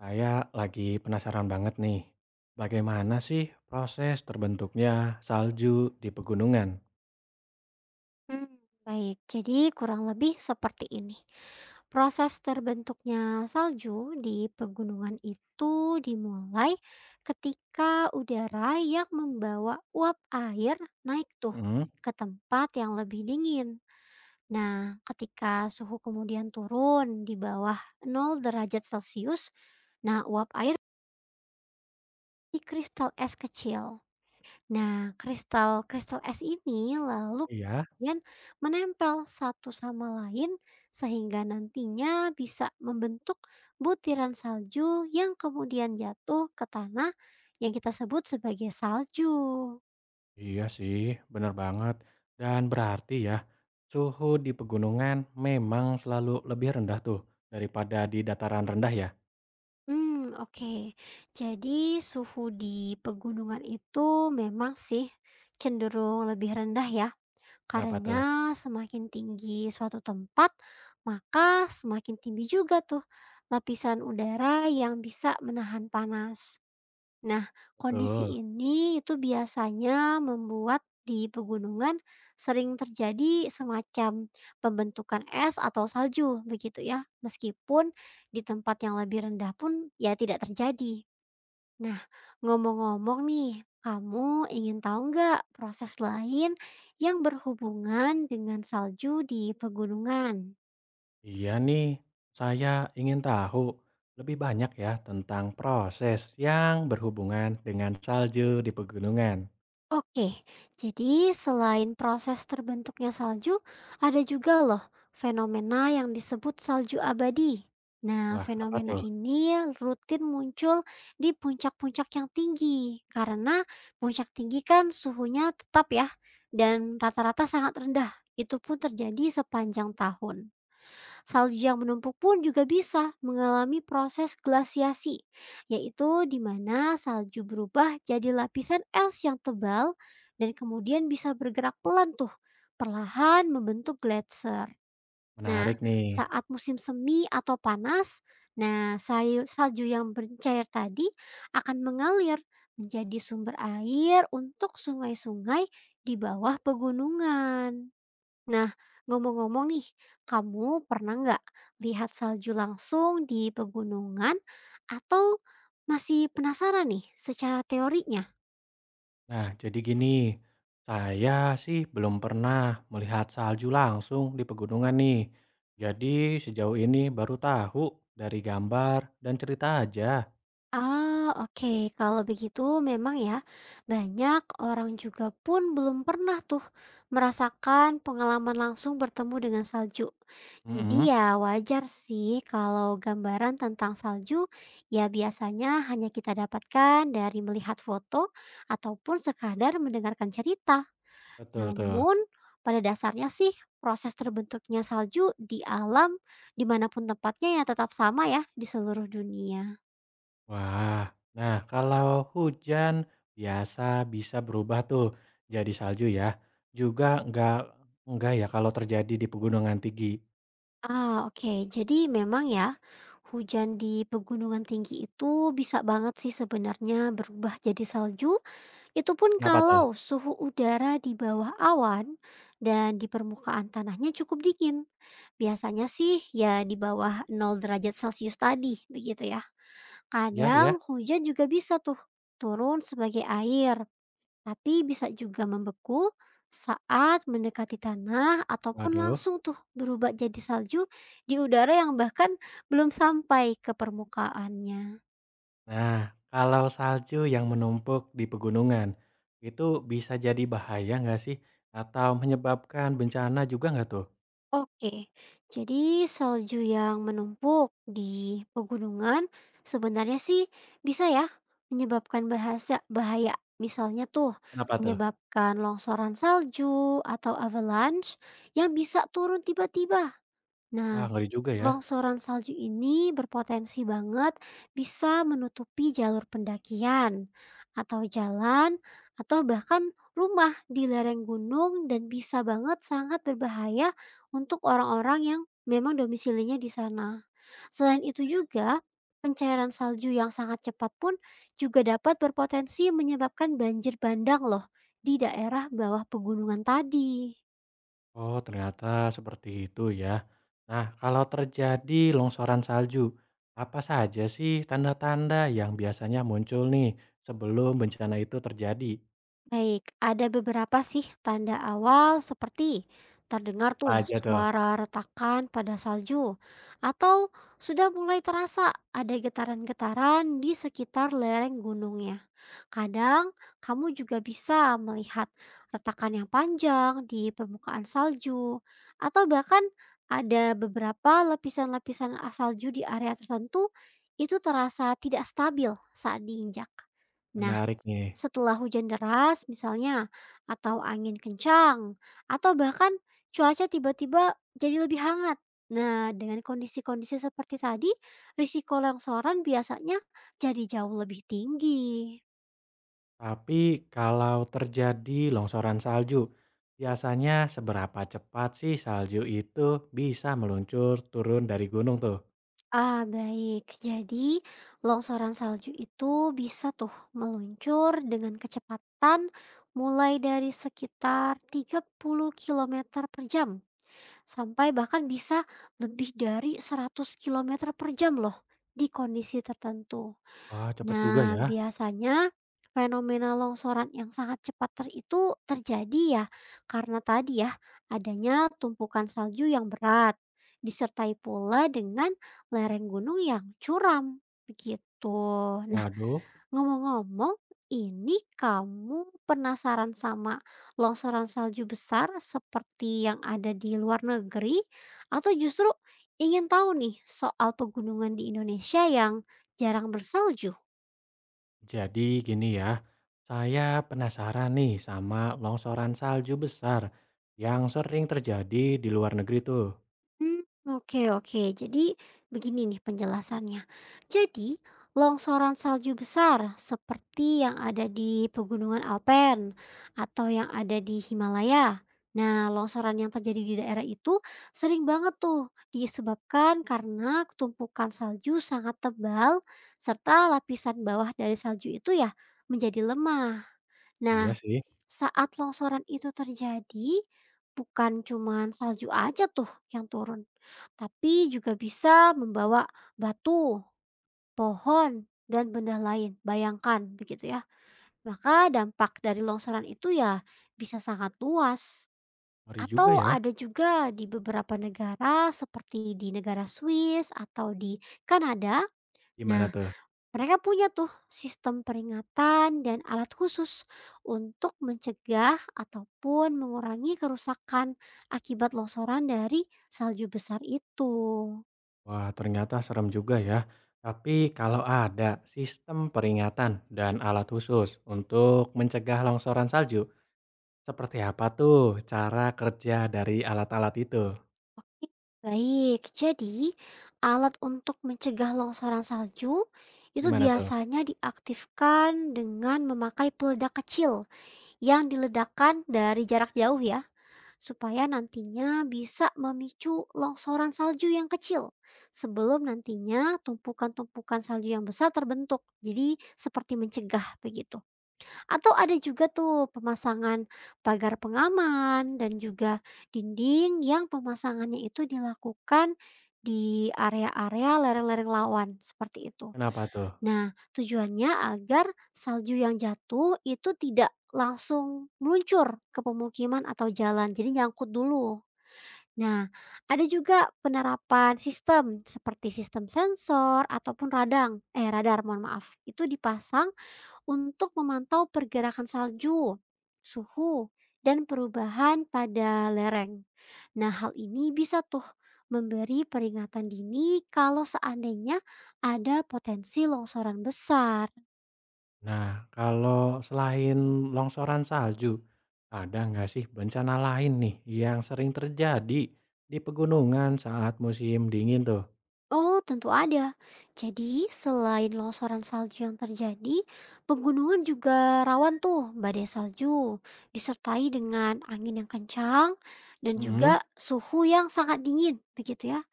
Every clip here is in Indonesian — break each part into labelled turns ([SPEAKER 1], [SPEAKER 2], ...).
[SPEAKER 1] Saya lagi penasaran banget nih, bagaimana sih proses terbentuknya salju di pegunungan?
[SPEAKER 2] Hmm, baik, jadi kurang lebih seperti ini. Proses terbentuknya salju di pegunungan itu dimulai ketika udara yang membawa uap air naik tuh
[SPEAKER 1] Hmm.
[SPEAKER 2] ke tempat yang lebih dingin. Nah, ketika suhu kemudian turun di bawah 0 derajat Celcius, nah uap air di kristal es kecil. Nah, kristal-kristal es ini lalu
[SPEAKER 1] Iya.
[SPEAKER 2] kemudian menempel satu sama lain sehingga nantinya bisa membentuk butiran salju yang kemudian jatuh ke tanah yang kita sebut sebagai salju.
[SPEAKER 1] Iya sih, bener banget. Dan berarti ya, suhu di pegunungan memang selalu lebih rendah tuh daripada di dataran rendah ya.
[SPEAKER 2] Hmm, oke. Jadi suhu di pegunungan itu memang sih cenderung lebih rendah ya.
[SPEAKER 1] Kenapa tuh?
[SPEAKER 2] Karena semakin tinggi suatu tempat, maka semakin tinggi juga tuh lapisan udara yang bisa menahan panas. Nah, kondisi
[SPEAKER 1] Betul.
[SPEAKER 2] ini itu biasanya membuat di pegunungan sering terjadi semacam pembentukan es atau salju begitu ya. Meskipun di tempat yang lebih rendah pun ya tidak terjadi. Nah, ngomong-ngomong nih, kamu ingin tahu nggak proses lain yang berhubungan dengan salju di pegunungan?
[SPEAKER 1] Iya nih, saya ingin tahu lebih banyak ya tentang proses yang berhubungan dengan salju di pegunungan.
[SPEAKER 2] Oke, jadi selain proses terbentuknya salju, ada juga loh fenomena yang disebut salju abadi. Nah,
[SPEAKER 1] Wah, apa
[SPEAKER 2] fenomena
[SPEAKER 1] tuh?
[SPEAKER 2] ini rutin muncul di puncak-puncak yang tinggi karena puncak tinggi kan suhunya tetap ya dan rata-rata sangat rendah. Itu pun terjadi sepanjang tahun. Salju yang menumpuk pun juga bisa mengalami proses glasiasi, yaitu di mana salju berubah jadi lapisan es yang tebal dan kemudian bisa bergerak pelan tuh, perlahan membentuk gletser.
[SPEAKER 1] Menarik
[SPEAKER 2] Nah,
[SPEAKER 1] nih.
[SPEAKER 2] saat musim semi atau panas, nah salju yang bercair tadi akan mengalir menjadi sumber air untuk sungai-sungai di bawah pegunungan. Nah, ngomong-ngomong nih, kamu pernah nggak lihat salju langsung di pegunungan atau masih penasaran nih secara teorinya?
[SPEAKER 1] Nah, jadi gini, saya sih belum pernah melihat salju langsung di pegunungan nih. Jadi sejauh ini baru tahu dari gambar dan cerita aja.
[SPEAKER 2] Ah, oke. Kalau begitu memang ya, banyak orang juga pun belum pernah tuh merasakan pengalaman langsung bertemu dengan salju. Jadi
[SPEAKER 1] Mm-mm.
[SPEAKER 2] ya wajar sih kalau gambaran tentang salju ya biasanya hanya kita dapatkan dari melihat foto ataupun sekadar mendengarkan cerita.
[SPEAKER 1] Betul tuh.
[SPEAKER 2] Namun pada dasarnya sih proses terbentuknya salju di alam dimanapun tempatnya ya tetap sama ya di seluruh dunia.
[SPEAKER 1] Wah, nah kalau hujan biasa bisa berubah tuh jadi salju ya. Juga nggak ya kalau terjadi di pegunungan tinggi.
[SPEAKER 2] Ah, oke. Jadi memang ya, hujan di pegunungan tinggi itu bisa banget sih sebenarnya berubah jadi salju. Itu pun
[SPEAKER 1] Kenapa tuh?
[SPEAKER 2] kalau suhu udara di bawah awan dan di permukaan tanahnya cukup dingin. Biasanya sih ya di bawah 0 derajat Celcius tadi, begitu ya.
[SPEAKER 1] Ya ya.
[SPEAKER 2] Kadang hujan juga bisa tuh turun sebagai air tapi bisa juga membeku saat mendekati tanah ataupun
[SPEAKER 1] Waduh.
[SPEAKER 2] langsung tuh berubah jadi salju di udara yang bahkan belum sampai ke permukaannya.
[SPEAKER 1] Nah, kalau salju yang menumpuk di pegunungan, itu bisa jadi bahaya nggak sih? Atau menyebabkan bencana juga nggak tuh?
[SPEAKER 2] Oke, jadi salju yang menumpuk di pegunungan sebenarnya sih bisa ya menyebabkan bahasa bahaya. Misalnya tuh
[SPEAKER 1] Kenapa tuh?
[SPEAKER 2] menyebabkan longsoran salju atau avalanche yang bisa turun tiba-tiba.
[SPEAKER 1] Wah,
[SPEAKER 2] Nah,
[SPEAKER 1] ngeri juga ya.
[SPEAKER 2] longsoran salju ini berpotensi banget bisa menutupi jalur pendakian atau jalan atau bahkan rumah di lereng gunung dan bisa banget sangat berbahaya untuk orang-orang yang memang domisilinya di sana. Selain itu juga, pencairan salju yang sangat cepat pun juga dapat berpotensi menyebabkan banjir bandang loh di daerah bawah pegunungan tadi.
[SPEAKER 1] Oh, ternyata seperti itu ya. Nah, kalau terjadi longsoran salju, apa saja sih tanda-tanda yang biasanya muncul nih sebelum bencana itu terjadi?
[SPEAKER 2] Baik, ada beberapa sih tanda awal seperti terdengar
[SPEAKER 1] Apa
[SPEAKER 2] tuh
[SPEAKER 1] aja tuh?
[SPEAKER 2] suara retakan pada salju atau sudah mulai terasa ada getaran-getaran di sekitar lereng gunungnya. Kadang kamu juga bisa melihat retakan yang panjang di permukaan salju atau bahkan ada beberapa lapisan-lapisan salju di area tertentu itu terasa tidak stabil saat diinjak. Nah,
[SPEAKER 1] Menarik nih.
[SPEAKER 2] setelah hujan deras misalnya, atau angin kencang, atau bahkan cuaca tiba-tiba jadi lebih hangat. Nah, dengan kondisi-kondisi seperti tadi, risiko longsoran biasanya jadi jauh lebih tinggi.
[SPEAKER 1] Tapi kalau terjadi longsoran salju, biasanya seberapa cepat sih salju itu bisa meluncur turun dari gunung tuh?
[SPEAKER 2] Ah, baik. Jadi, longsoran salju itu bisa tuh meluncur dengan kecepatan mulai dari sekitar 30 kilometer per jam. Sampai bahkan bisa lebih dari 100 kilometer per jam loh di kondisi tertentu.
[SPEAKER 1] Wah, cepet juga
[SPEAKER 2] Nah,
[SPEAKER 1] ya.
[SPEAKER 2] biasanya fenomena longsoran yang sangat cepat itu terjadi ya karena tadi ya adanya tumpukan salju yang berat disertai pula dengan lereng gunung yang curam begitu.
[SPEAKER 1] Waduh.
[SPEAKER 2] Ngomong-ngomong, ini kamu penasaran sama longsoran salju besar seperti yang ada di luar negeri, atau justru ingin tahu nih soal pegunungan di Indonesia yang jarang bersalju?
[SPEAKER 1] Jadi gini ya, saya penasaran nih sama longsoran salju besar yang sering terjadi di luar negeri tuh.
[SPEAKER 2] Mmm, oke oke. Jadi begini nih penjelasannya. Jadi, longsoran salju besar seperti yang ada di Pegunungan Alpen atau yang ada di Himalaya. Nah, longsoran yang terjadi di daerah itu sering banget tuh disebabkan karena tumpukan salju sangat tebal serta lapisan bawah dari salju itu ya menjadi lemah.
[SPEAKER 1] Iya
[SPEAKER 2] Nah,
[SPEAKER 1] sih,
[SPEAKER 2] saat longsoran itu terjadi, bukan cuman salju aja tuh yang turun, tapi juga bisa membawa batu, pohon, dan benda lain. Bayangkan begitu ya. Maka dampak dari longsoran itu ya bisa sangat luas.
[SPEAKER 1] ngeri juga
[SPEAKER 2] Atau
[SPEAKER 1] ya.
[SPEAKER 2] ada juga di beberapa negara seperti di negara Swiss atau di Kanada.
[SPEAKER 1] Gimana
[SPEAKER 2] Nah,
[SPEAKER 1] tuh?
[SPEAKER 2] mereka punya tuh sistem peringatan dan alat khusus untuk mencegah ataupun mengurangi kerusakan akibat longsoran dari salju besar itu.
[SPEAKER 1] Wah, ternyata serem juga ya. Tapi kalau ada sistem peringatan dan alat khusus untuk mencegah longsoran salju, seperti apa tuh cara kerja dari alat-alat itu?
[SPEAKER 2] Baik, jadi alat untuk mencegah longsoran salju itu
[SPEAKER 1] Gimana tuh?
[SPEAKER 2] biasanya diaktifkan dengan memakai peledak kecil yang diledakkan dari jarak jauh ya, supaya nantinya bisa memicu longsoran salju yang kecil sebelum nantinya tumpukan-tumpukan salju yang besar terbentuk. Jadi seperti mencegah begitu. Atau ada juga tuh pemasangan pagar pengaman dan juga dinding yang pemasangannya itu dilakukan di area-area lereng-lereng lawan seperti itu.
[SPEAKER 1] Kenapa tuh?
[SPEAKER 2] Nah, tujuannya agar salju yang jatuh itu tidak langsung meluncur ke pemukiman atau jalan, jadi nyangkut dulu. Nah, ada juga penerapan sistem seperti sistem sensor ataupun radang, eh radar mohon maaf, itu dipasang untuk memantau pergerakan salju, suhu, dan perubahan pada lereng. Nah, hal ini bisa tuh memberi peringatan dini kalau seandainya ada potensi longsoran besar.
[SPEAKER 1] Nah, kalau selain longsoran salju, ada nggak sih bencana lain nih yang sering terjadi di pegunungan saat musim dingin tuh?
[SPEAKER 2] Oh, tentu ada. Jadi, selain longsoran salju yang terjadi, pegunungan juga rawan tuh badai salju, disertai dengan angin yang kencang dan
[SPEAKER 1] Mm-mm.
[SPEAKER 2] juga suhu yang sangat dingin, begitu ya.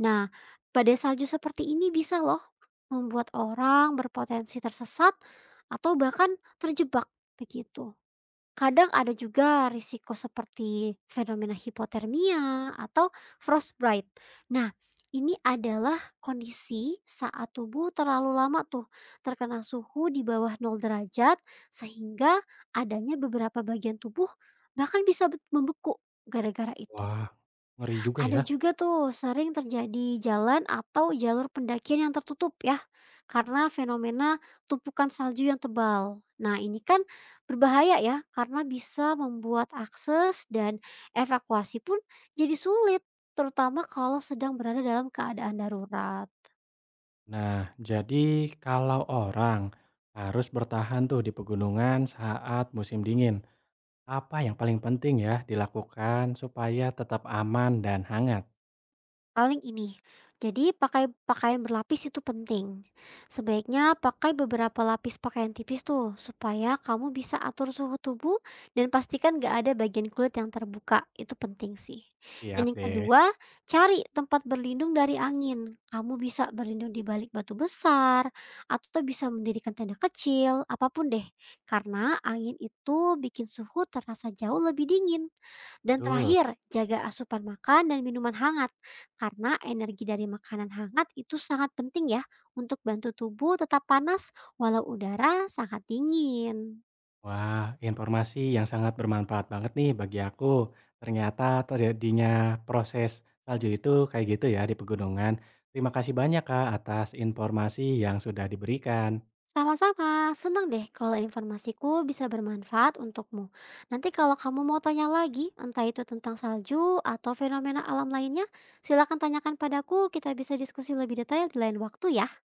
[SPEAKER 2] Nah, badai salju seperti ini bisa loh membuat orang berpotensi tersesat atau bahkan terjebak begitu. Kadang ada juga risiko seperti fenomena hipotermia atau frostbite. Nah, ini adalah kondisi saat tubuh terlalu lama tuh terkena suhu di bawah 0 derajat sehingga adanya beberapa bagian tubuh bahkan bisa membeku gara-gara itu.
[SPEAKER 1] Wah, ngeri juga
[SPEAKER 2] Ada
[SPEAKER 1] ya.
[SPEAKER 2] juga tuh sering terjadi jalan atau jalur pendakian yang tertutup ya, karena fenomena tumpukan salju yang tebal. Nah ini kan berbahaya ya, karena bisa membuat akses dan evakuasi pun jadi sulit, terutama kalau sedang berada dalam keadaan darurat.
[SPEAKER 1] Nah, jadi kalau orang harus bertahan tuh di pegunungan saat musim dingin, apa yang paling penting ya dilakukan supaya tetap aman dan hangat?
[SPEAKER 2] Paling ini, jadi pakai pakaian berlapis itu penting. Sebaiknya pakai beberapa lapis pakaian tipis tuh, supaya kamu bisa atur suhu tubuh dan pastikan gak ada bagian kulit yang terbuka. Itu penting sih.
[SPEAKER 1] Siap
[SPEAKER 2] Dan yang
[SPEAKER 1] deh.
[SPEAKER 2] kedua, cari tempat berlindung dari angin. Kamu bisa berlindung di balik batu besar, atau bisa mendirikan tenda kecil, apapun deh. Karena angin itu bikin suhu terasa jauh lebih dingin. Dan
[SPEAKER 1] Betul.
[SPEAKER 2] terakhir, jaga asupan makan dan minuman hangat, karena energi dari makanan hangat itu sangat penting ya untuk bantu tubuh tetap panas walau udara sangat dingin.
[SPEAKER 1] Wah, informasi yang sangat bermanfaat banget nih bagi aku. Ternyata terjadinya proses salju itu kayak gitu ya di pegunungan. Terima kasih banyak Kak atas informasi yang sudah diberikan.
[SPEAKER 2] Sama-sama, senang deh kalau informasiku bisa bermanfaat untukmu. Nanti kalau kamu mau tanya lagi, entah itu tentang salju atau fenomena alam lainnya, silakan tanyakan padaku, kita bisa diskusi lebih detail di lain waktu ya.